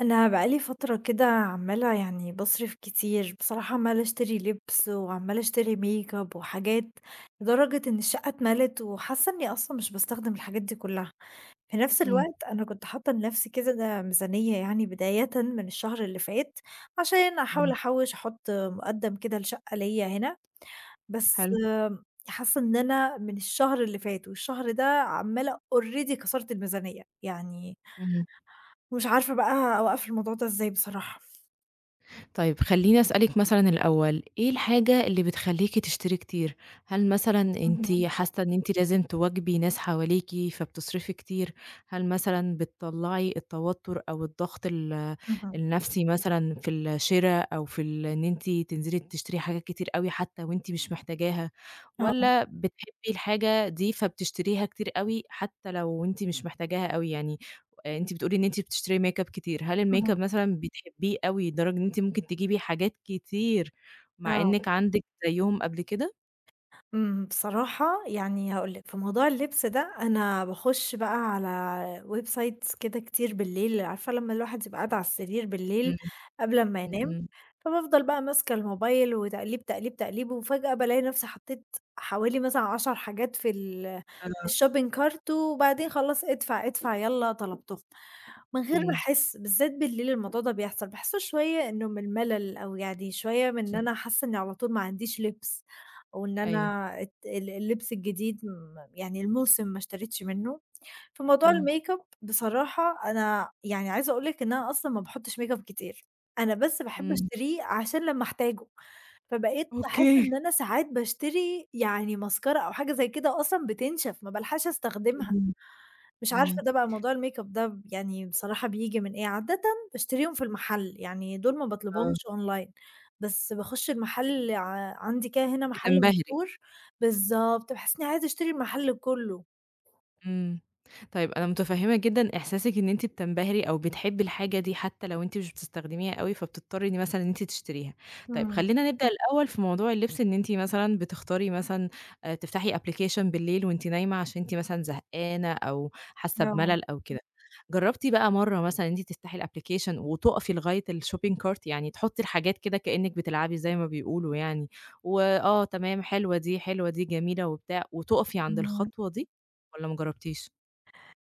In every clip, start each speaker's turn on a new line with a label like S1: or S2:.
S1: انا بقالي فتره كده عماله يعني بصرف كتير بصراحه، عماله اشتري لبس وعماله اشتري ميك اب وحاجات. لدرجه ان الشقه اتملت وحاسه اني اصلا مش بستخدم الحاجات دي كلها. في نفس
S2: إمم،
S1: الوقت انا كنت حاطه لنفسي كده ده ميزانيه يعني، بدايه من الشهر اللي فات، عشان احاول
S2: إمم،
S1: احوش احط مقدم كده لشقه ليا هنا. بس
S2: حلو،
S1: حاسه ان انا من الشهر اللي فات والشهر ده عماله اوريدي كسرت الميزانيه يعني.
S2: اهم.
S1: مش عارفه بقى اوقف الموضوع ده ازاي بصراحه.
S2: طيب خلّيني أسألِك مثلًا الأول، إيه الحاجة اللي بتخلّيكِ تشتري كتير؟ هل مثلًا أنتِ
S1: اهم،
S2: حاسة إن أنتِ لازم تواكبي ناس حواليكِ فبتصرفي كتير؟ هل مثلًا بتطلّعي التوتر أو الضغط
S1: اهم،
S2: النفسي مثلًا في الشِرا أو في إن أنتِ تنزلي تشتري حاجات كتير أوي حتى وأنتِ مش محتاجاها؟
S1: آه،
S2: والّا بتحبي الحاجة دي فبتشتريها كتير أوي حتى لو أنتِ مش محتاجاها أوي يعني؟ أنتِ بتقولي إن أنتِ بتشتري makeup كتير، هل
S1: اهم.
S2: الmakeup مثلًا بتحبيه أوي لدرجة إن أنتِ ممكن تجيبي حاجات كتير مع
S1: آه،
S2: إنِّك عندِك زيّهم قبل كده؟
S1: إمم، بصراحة يعني هاقول لِك في موضوع اللبس ده، أنا باخُش بقى على websites كده كتير بالليل، عارفة لمّا الواحد يبقى قاعد على السرير بالليل
S2: إمم،
S1: قبل أمّا
S2: إمم،
S1: ينام،
S2: إمم.
S1: فبافضل بقى ماسكة الموبايل وتقليب، تقليب، تقليب، وفجأة بالاقي نفسي حطيت حوالي مثلًا 10 حاجات في
S2: آه.
S1: الshopping cart، وبعدين خلاص ادفع، ادفع، يالّا طلبتهم. من غير ما
S2: إمم،
S1: أحس، بالذات بالليل الموضوع ده بيحصل، باحسه شوية إنه من ملل، أو يعني شوية من إن
S2: إمم.
S1: أنا حاسة إني على طول ما عنديش لبس، أو إن
S2: أيوه.
S1: أنا الت ال اللبس الجديد يعني الموسم ما اشتريتش منه. فموضوع
S2: إمم،
S1: الmakeup بصراحة، أنا يعني عايزة أقول لِك إن أنا أصلًا ما باحطش makeup كتير، أنا بس باحب
S2: إمم،
S1: أشتريه عشان لمّا أحتاجه. فبقيت أحس
S2: أوكي.
S1: إن أنا ساعات باشتري يعني ماسكارا أو حاجة زي كده أصلًا بتنشف، ما بالحقش أستخدمها.
S2: إمم،
S1: مش عارفة
S2: إمم.
S1: ده بقى، موضوع الmakeup ده يعني بصراحة بييجي من إيه، عادةً باشتريهم في المحل، يعني دول ما باطلبهمش
S2: آه.
S1: online، بس باخش المحل، عندي كده هنا محل
S2: بتنبهري.
S1: مشهور. بالضبط، باحس إنّي عايزة أشتري المحل كلّه.
S2: إمم. طيب أنا متفهّمة جدًا إحساسِك إن أنتِ بتنبهري أو بتحبّي الحاجة دي حتى لو أنتِ مش بتستخدميها أوي، فبتضطرّي إن مثلًا إن أنتِ تشتريها. طيب
S1: إمم،
S2: خلّينا نبدأ الأول في موضوع اللبس إن أنتِ مثلًا بتختاري مثلًا تفتحي application بالليل وأنتِ نايمة عشان أنتِ مثلًا زهقانة أو حاسة
S1: آه،
S2: بملل أو كده. جرّبتِ بقى مرّة مثلًا إن أنتِ تفتحي الapplication وتُقفي لغاية الshopping cart، يعني تحُطّي الحاجات كده كإنِّك بتلعبي زي ما بيقولوا يعني، وآه تمام حلوة دي، حلوة دي، جميلة وبتاع وتُقفي عند
S1: إمم.
S2: الخطوة دي؟ والّا ما جرّبتيش؟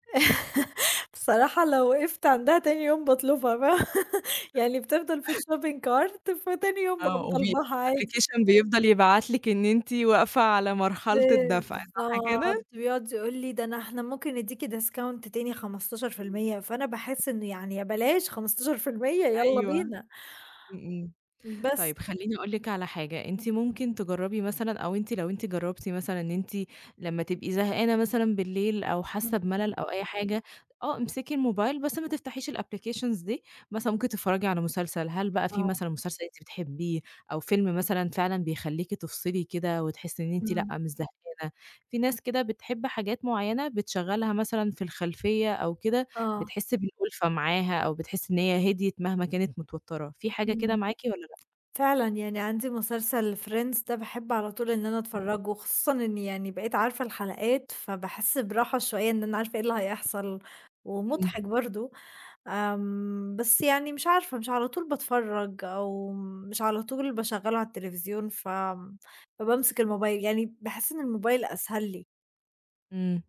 S1: بصراحة لو وقفت عندها تاني يوم باطلبها بقى. يعني بتفضل في الshopping cart، فتاني يوم
S2: آه،
S1: باقوم طالباها عادي.
S2: الapplication بيفضل يبعت لِك إن أنتِ واقفة على مرحلة الدفع صح
S1: بالضبط،
S2: كده؟
S1: بيقعد يقول لي: «ده أنا إحنا ممكن ندّيكِ discount تاني
S2: إمم.
S1: 15%» فأنا باحس إنه يعني يا بلاش 15%، يالّا
S2: أيوه، إمم،
S1: بينا.
S2: إمم.
S1: بس.
S2: طيب خلّيني أقول لِك على حاجة، أنتِ ممكن تجرّبي مثلًا أو أنتِ لو أنتِ جرّبتِ مثلًا إن أنتِ لمّا تبقي زهقانة مثلًا بالليل أو
S1: اهم.
S2: حاسة بملل أو أي حاجة، آه امسكي الموبايل بس ما تفتحيش الapplications دي، مثلًا ممكن تتفرّجي على مسلسل، هل بقى في
S1: آه.
S2: مثلًا مسلسل أنتِ بتحبيه أو فيلم مثلًا فعلًا بيخلّيكِ تفصلي كده وتحسّي إن أنتِ لأ،
S1: إمم.
S2: مش زهقانة، في ناس كده بتحب حاجات معيّنة بتشغّلها مثلًا في الخلفية أو كده،
S1: آه.
S2: بتحس بالأُلفة معاها أو بتحس إن هي هديت مهما كانت متوتّرة، في حاجة كده
S1: إمم.
S2: معاكِ والّا
S1: فعلًا، يعني عندي مسلسل Friends ده باحب على طول إن أنا
S2: لأ؟
S1: أتفرّجه، خصوصًا إني يعني بقيت عارفة الحلقات، فباحس براحة شوية إن أنا عارفة إيه اللي هيحصل،
S2: إمم،
S1: ومضحك برضه. بس يعني مش عارفة، مش على طول باتفرّج أو مش على طول باشغّله على التلفزيون، ف فبامسك الموبايل، يعني باحس إن الموبايل أسهل لي.
S2: إمم.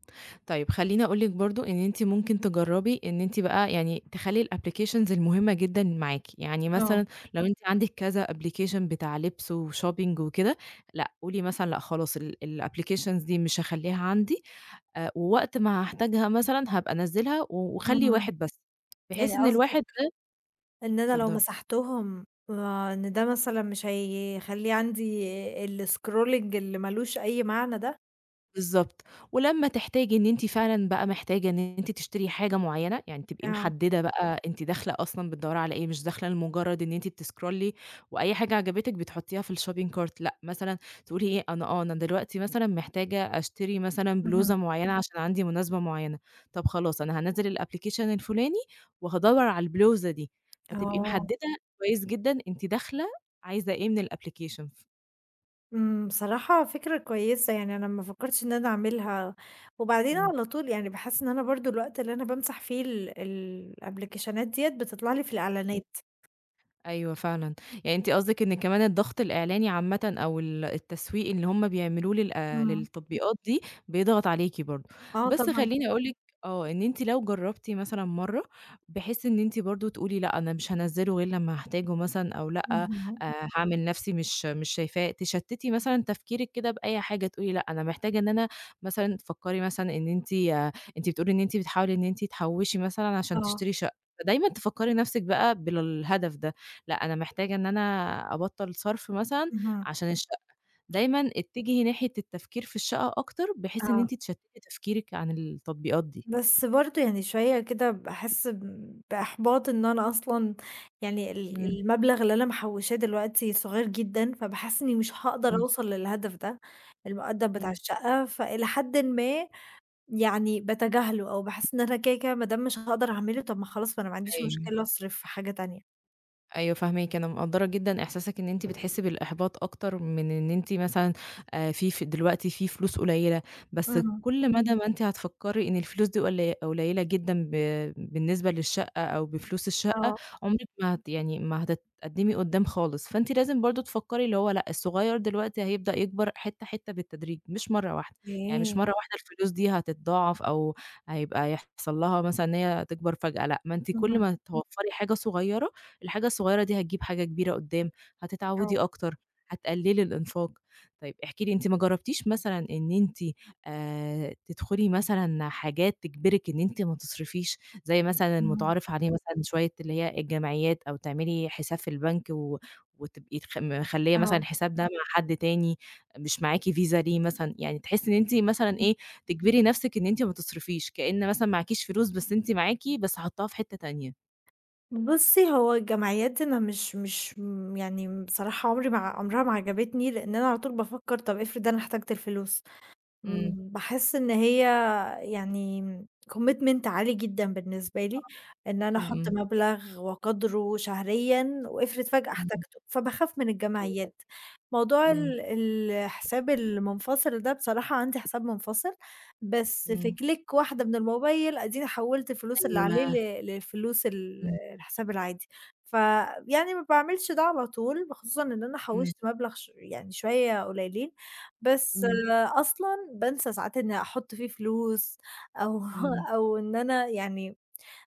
S2: طيب خلّيني أقول لِك برضه إن أنتِ ممكن تجرّبي إن أنتِ بقى يعني تخلّي الapplications المهمة جدًا معاكِ، يعني
S1: آه،
S2: مثلًا لو أنتِ عندِك كذا application بتاع لِبْس وshopping وكده، لأ قولي مثلًا لأ خلاص الapplications دي مش هاخلّيها عندي، ووقت ما هاحتاجها مثلًا هابقى أنزّلها وخلّي
S1: إمم،
S2: واحد بس، بحيث
S1: يعني
S2: إن
S1: قصدِك
S2: الواحد ده
S1: إن أنا لو
S2: اتفضّلي.
S1: مسحتهم، إن ده مثلًا مش هيخلّي عندي الscrolling اللي ما لوش أي معنى ده؟
S2: بالضبط، ولمّا تحتاجي إن أنتِ فعلًا بقى محتاجة إن أنتِ تشتري حاجة معيّنة، يعني تبقي
S1: آه،
S2: محددة بقى أنتِ داخلة أصلًا بتدوّري على إيه، مش داخلة لمجرد إن أنتِ بتسكرولي وأي حاجة عجبتِك بتحطيها في الshopping cart لأ، مثلًا تقولي إيه أنا آه، أنا دلوقتي مثلًا محتاجة أشتري مثلًا
S1: اهم،
S2: بلوزة معيّنة عشان عندي مناسبة معيّنة، طب خلاص أنا هانزّل الapplication الفلاني وهادوّر على البلوزة دي، فتبقي
S1: آه،
S2: محددة كويس جدًا أنتِ داخلة عايزة إيه من الapplication.
S1: بصراحة فكرة كويسة، يعني أنا ما فكّرتش إن أنا أعملها، وبعدين
S2: إمم.
S1: على طول يعني باحس إن أنا برضه الوقت اللي أنا بامسح فيه الأبليكيشنات ديّة بتطلع لي في الإعلانات.
S2: أيوه فعلًا، يعني أنتِ قصدِك إن كمان الضغط الإعلاني عامةً أو ال التسويق اللي هم بيعملوه لل
S1: إمم،
S2: للتطبيقات دي بيضغط عليكِ برضه،
S1: آه
S2: بس
S1: طبعًا،
S2: خلّيني أقول لِك آه، إن أنتِ لو جرّبتِ مثلًا مرّة بحيث إن أنتِ برضه تقولي لأ، أنا مش هانزّله غير لمّا هاحتاجه مثلًا أو لأ،
S1: اهم،
S2: هاعمل نَفْسي مش شايفاه، تشتّتي مثلًا تفكيرِك كده بأي حاجة، تقولي لأ، أنا محتاجة إن أنا مثلًا تفكّري مثلًا إن أنتِ آه أنتِ بتقولي إن أنتِ بتحاولي إن أنتِ تحوّشي مثلًا عشان
S1: آه،
S2: تشتري شقة، فدايمًا تفكّري نَفْسِك بقى بالهدف ده. لأ، أنا محتاجة إن أنا أبطّل صرف مثلًا
S1: اهم،
S2: عشان الشقة، دايمًا اتجهي ناحية التفكير في الشقة أكتر، بحيث إن
S1: آه،
S2: أنتِ تشتتي تفكيرِك عن التطبيقات دي.
S1: بس برضه يعني شوية كده باحس بإحباط إن أنا أصلًا، يعني
S2: إمم،
S1: المبلغ اللي أنا محوّشاه دلوقتي صغير جدًا، فباحس إني مش هاقدر
S2: إمم،
S1: أوصل للهدف ده، المقدّم بتاع
S2: إمم.
S1: الشقة، فإلى حدٍ ما يعني باتجاهله أو باحس إن أنا كده، كده ما دام مش هاقدر أعمله، طب ما خلاص ما أنا ما عنديش
S2: أيوه.
S1: مشكلة أصرف في حاجة تانية.
S2: أيوه فاهماكِ، أنا مقدّرة جدًا إحساسِك إن أنتِ بتحسّي بالإحباط أكتر من إن أنتِ مثلًا في ف دلوقتي في فلوس قليّلة، بس
S1: إمم،
S2: كل مدى ما أنتِ هتفكّري إن الفلوس دي قليّلة جدًا بالنسبة للشقة أو بفلوس الشقة،
S1: آه،
S2: عمرِك ما يعني ما هتتقدّمي قُدّام خالص، فأنتِ لازم برضه تفكّري اللي هو لأ، الصغيّر دلوقتي هيبدأ يكبر حتّة، حتّة بالتدريج مش مرّة واحدة، يعني مش
S1: أوكي.
S2: مرّة واحدة الفلوس دي هتتضاعف أو هيبقى يحصل لها مثلًا إن هي تكبر فجأة لأ، ما أنتِ كل
S1: اهم.
S2: ما توفّري حاجة صغيّرة الحاجة الصغيرة دي هتجيب حاجة كبيرة قدّام،
S1: آه،
S2: هتتعودي أكتر، هتقللي الإنفاق. طيب احكي لي أنتِ ما جربتيش مثلًا إن أنتِ تدخلي مثلًا حاجات تجبرِك إن أنتِ ما تصرفيش، زي مثلًا
S1: إمم،
S2: المتعارف عليه مثلًا شوية اللي هي الجمعيات، أو تعملي حساب في البنك وتبقي مخلية مثلًا
S1: آه،
S2: الحساب ده مع حد تاني مش معاكِ فيزا ليه مثلًا، يعني تحسي إن أنتِ مثلًا
S1: اهم.
S2: إيه، تجبري نفسِك إن أنتِ ما تصرفيش، كأن مثلًا معاكيش فلوس بس أنتِ معاكِ، بس حاطاها في حتة تانية.
S1: بُصّي، هو الجمعيات دي أنا مش مش م يعني بصراحة عمري ما عمرها ما عجبتني، لإن أنا على طول بافكّر طب افرض أنا احتاجت الفلوس؟
S2: إمم،
S1: باحس إن هي يعني commitment عالي جدًا بالنسبة لي، إن أنا
S2: إمم،
S1: أحُطّ
S2: إمم.
S1: مبلغ وقدره شهريًا وافرض فجأة
S2: إمم،
S1: احتاجته، فباخاف من
S2: أيوه،
S1: الجمعيات. موضوع
S2: إمم،
S1: الحساب المنفصل ده بصراحة عندي حساب منفصل، بس في
S2: إمم،
S1: كليك واحدة من الموبايل أديني حوّلت الفلوس اللي
S2: أيوه،
S1: عليه للفلوس
S2: إمم،
S1: الحساب العادي. فيعني ما باعملش ده على طول، خصوصًا إن أنا
S2: إمم،
S1: حوّشت مبلغ يعني شوية قليلين، بس
S2: إمم،
S1: أصلًا بانسى ساعات إني أحُط فيه فلوس، أو
S2: إمم.
S1: أو إن أنا يعني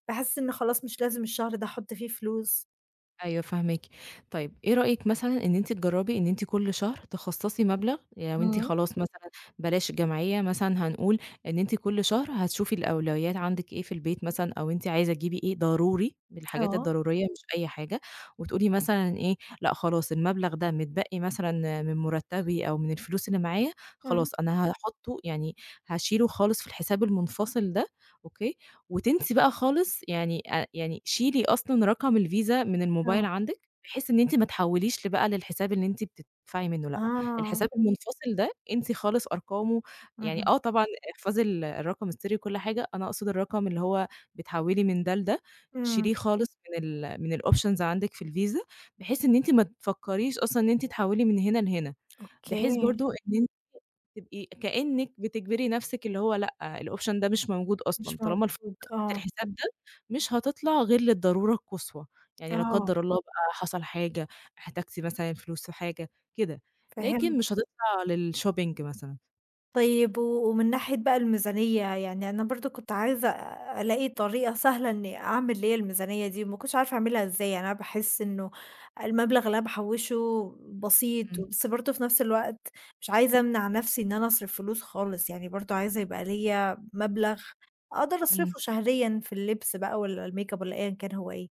S1: باحس إن خلاص مش لازم الشهر ده أحُط فيه فلوس.
S2: أيوه فاهماكِ. طيب إيه رأيِك مثلًا إن أنتِ تجرّبي إن أنتِ كل شهر تخصّصي مبلغ، يعني لو أنتِ
S1: إمم،
S2: خلاص مثلًا بلاش جمعية مثلًا هنقول إن أنتِ كل شهر هتشوفي الأولويات عندِك إيه في البيت مثلًا أو أنتِ عايزة تجيبي إيه ضروري من الحاجات
S1: آه،
S2: الضرورية مش أي حاجة، وتقولي مثلًا إيه، لأ خلاص المبلغ ده متبقي مثلًا من مرتّبي أو من الفلوس اللي معايا،
S1: إمم.
S2: خلاص أنا هاحطّه يعني هاشيله خالص في الحساب المنفصل ده، أوكي، وتنسي بقى خالص يعني يعني شيلي أصلًا رقم الفيزا من الموبايل
S1: آه.
S2: عندِك، بحيث إن أنتِ ما تحوّليش بقى للحساب اللي أنتِ بتدفعي منه لأ،
S1: آه،
S2: الحساب المنفصل ده انسي خالص أرقامه، يعني
S1: اهم،
S2: آه طبعًا احفظي الرقم السري وكل حاجة، أنا أقصد الرقم اللي هو بتحوّلي من ده لده،
S1: إمم،
S2: شيليه خالص من الoptions عندِك في الفيزا، بحيث إن أنتِ ما تفكّريش أصلًا إن أنتِ تحوّلي من هنا لهنا،
S1: أوكي،
S2: بحيث برضه إن تبقي كإنِّك بتجبري نفسِك اللي هو لأ، الoption ده مش موجود
S1: مش
S2: أصلًا، طالما الفلوس
S1: موجود،
S2: دخلت
S1: آه،
S2: الحساب ده مش هتطلع غير للضرورة القصوى، يعني لا
S1: آه،
S2: قدّر الله بقى حصل حاجة، احتجتِ مثلًا فلوس في حاجة كده، لكن
S1: فهمت.
S2: مش هتطلع للshopping مثلًا.
S1: طيب و ومن ناحية بقى الميزانية، يعني أنا برضه كنت عايزة ألاقي طريقة سهلة إني أعمل ليّا الميزانية دي، وما كنتش عارفة أعملها إزاي، يعني أنا باحس إنه المبلغ اللي أنا باحوّشه بسيط،
S2: إمم،
S1: بس برضه في نفس الوقت مش عايزة أمنع نفسي إن أنا أصرف فلوس خالص، يعني برضه عايزة يبقى ليّا مبلغ أقدر
S2: إمم.
S1: أصرفه شهريًا في اللبس بقى والّا الmakeup والّا أيًا كان هو إيه.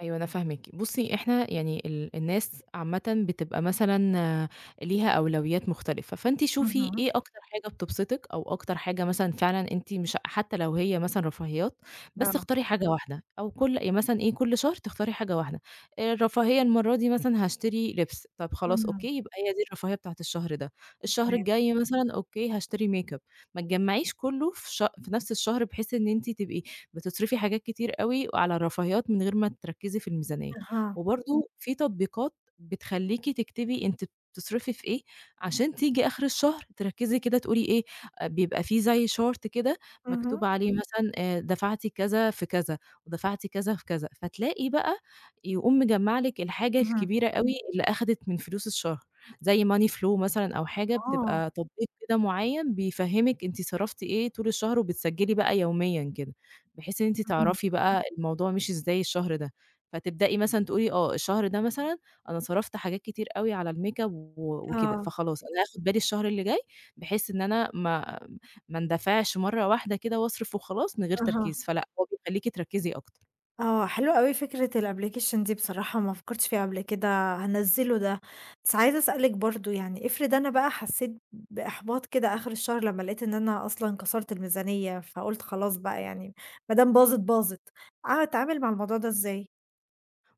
S2: أيوه أنا فاهماكِ. بُصّي، إحنا يعني ال الناس عامةً بتبقى مثلًا آه، ليها أولويات مختلفة، فأنتِ شوفي
S1: اهم،
S2: إيه أكتر حاجة بتبسطِك أو أكتر حاجة مثلًا فعلًا أنتِ مش حتى لو هي مثلًا رفاهيات، بس
S1: آه،
S2: اختاري حاجة واحدة أو كل يعني مثلًا إيه، كل شهر تختاري حاجة واحدة. الرفاهية المرّة دي مثلًا هاشتري لبس، طَب خلاص
S1: إمم،
S2: أوكي، يبقى هي دي الرفاهية بتاعة الشهر ده. الشهر
S1: تمام.
S2: الجاي مثلًا أوكي، هاشتري makeup. ما تجمّعيش كُلّه في نفس الشهر بحيث إن أنتِ تبقي بتصرفي حاجات كتير أوي على الرفاهيات من غير ما تركّزي في الميزانية،
S1: أها.
S2: وبرضه في تطبيقات بتخلّيكِ تكتبي أنتِ بتصرفي في إيه، عشان تيجي آخر الشهر تركّزي كده تقولي إيه، آه، بيبقى في زي chart كده
S1: اهم،
S2: مكتوب عليه إمم. مثلًا دفعتِ كذا في كذا، ودفعتِ كذا في كذا، فتلاقي بقى يقوم مجمّع لِك الحاجة
S1: اهم.
S2: الكبيرة أوي اللي أخدِت من فلوس الشهر، زي money flow مثلًا أو حاجة
S1: آه،
S2: بتبقى تطبيق كده معيّن بيفهّمِك أنتِ صرفتِ إيه طول الشهر وبتسجّلي بقى يوميًا كده. بحيث إن أنتِ
S1: اهم.
S2: تعرفي بقى الموضوع مشي إزاي الشهر ده، فتبدئي مثلًا تقولي آه، الشهر ده مثلًا أنا صرفت حاجات كتير أوي على الmakeup وكده،
S1: آه،
S2: فخلاص أنا هاخد بالي الشهر اللي جاي بحيث إن أنا ما اندفعش مرة واحدة كده وأصرف وخلاص من غير
S1: أها.
S2: تركيز، فلأ هو بيخليكِ تركزي أكتر.
S1: آه، حلو أوي فكرة الapplication دي بصراحة، ما فكرتش فيها قبل كده، هانزّله ده. بس عايزة أسألِك برضه يعني افرض أنا بقى حسّيت بإحباط كده آخر الشهر لمّا لقيت إن أنا أصلًا كسرت الميزانية، فقُلت خلاص بقى يعني ما دام باظت باظت، أتعامل مع الموضوع ده إزاي؟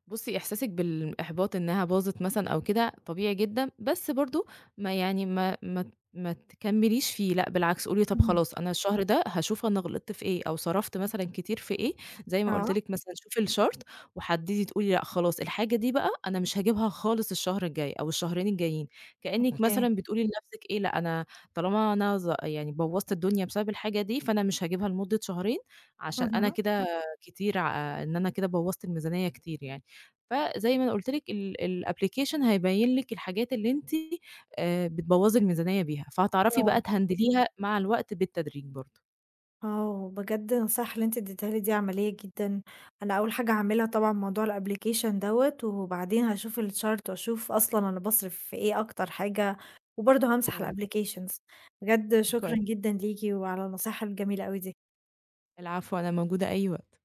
S2: بُصّي، إحساسِك بالإحباط إنها باظت مثلًا أو كده طبيعي جدًا، بس برضه ما يعني ما تكمّليش فيه، لأ بالعكس قولي طَب
S1: اهم.
S2: خلاص أنا الشهر ده هاشوف أنا غلطت في إيه أو صرفت مثلًا كتير في إيه، زي ما قُلت
S1: آه،
S2: لِك مثلًا شوفي الchart وحدّدي تقولي لأ خلاص الحاجة دي بقى أنا مش هاجيبها خالص الشهر الجاي أو الشهرين الجايين، كإنِّك
S1: أوكي.
S2: مثلًا بتقولي لنَفْسِك إيه، لأ أنا طالما أنا يعني بوّظت الدنيا بسبب الحاجة دي، فأنا مش هاجيبها لمدة شهرين عشان أنا
S1: اهم،
S2: كده كتير إن أنا كده بوّظت الميزانية كتير يعني. فزي ما أنا قُلت لِك الapplication هيبيّن لِك الحاجات اللي أنتِ بتبوّظي الميزانية بيها، فهتعرفي
S1: آه.
S2: بقى تهندليها مع الوقت بالتدريج برضه.
S1: آه، بجد النصايح اللي أنتِ اديتيها لي دي عملية جدًا، أنا أول حاجة هاعملها طبعًا موضوع الapplication دوّة، وبعدين هاشوف الchart وأشوف أصلًا أنا باصرف في إيه أكتر حاجة، وبرضه هامسح
S2: طيب،
S1: الapplications، بجد شكرًا
S2: كويس.
S1: جدًا ليكِ وعلى النصايح الجميلة أوي دي.
S2: العفو، أنا موجودة أي وقت.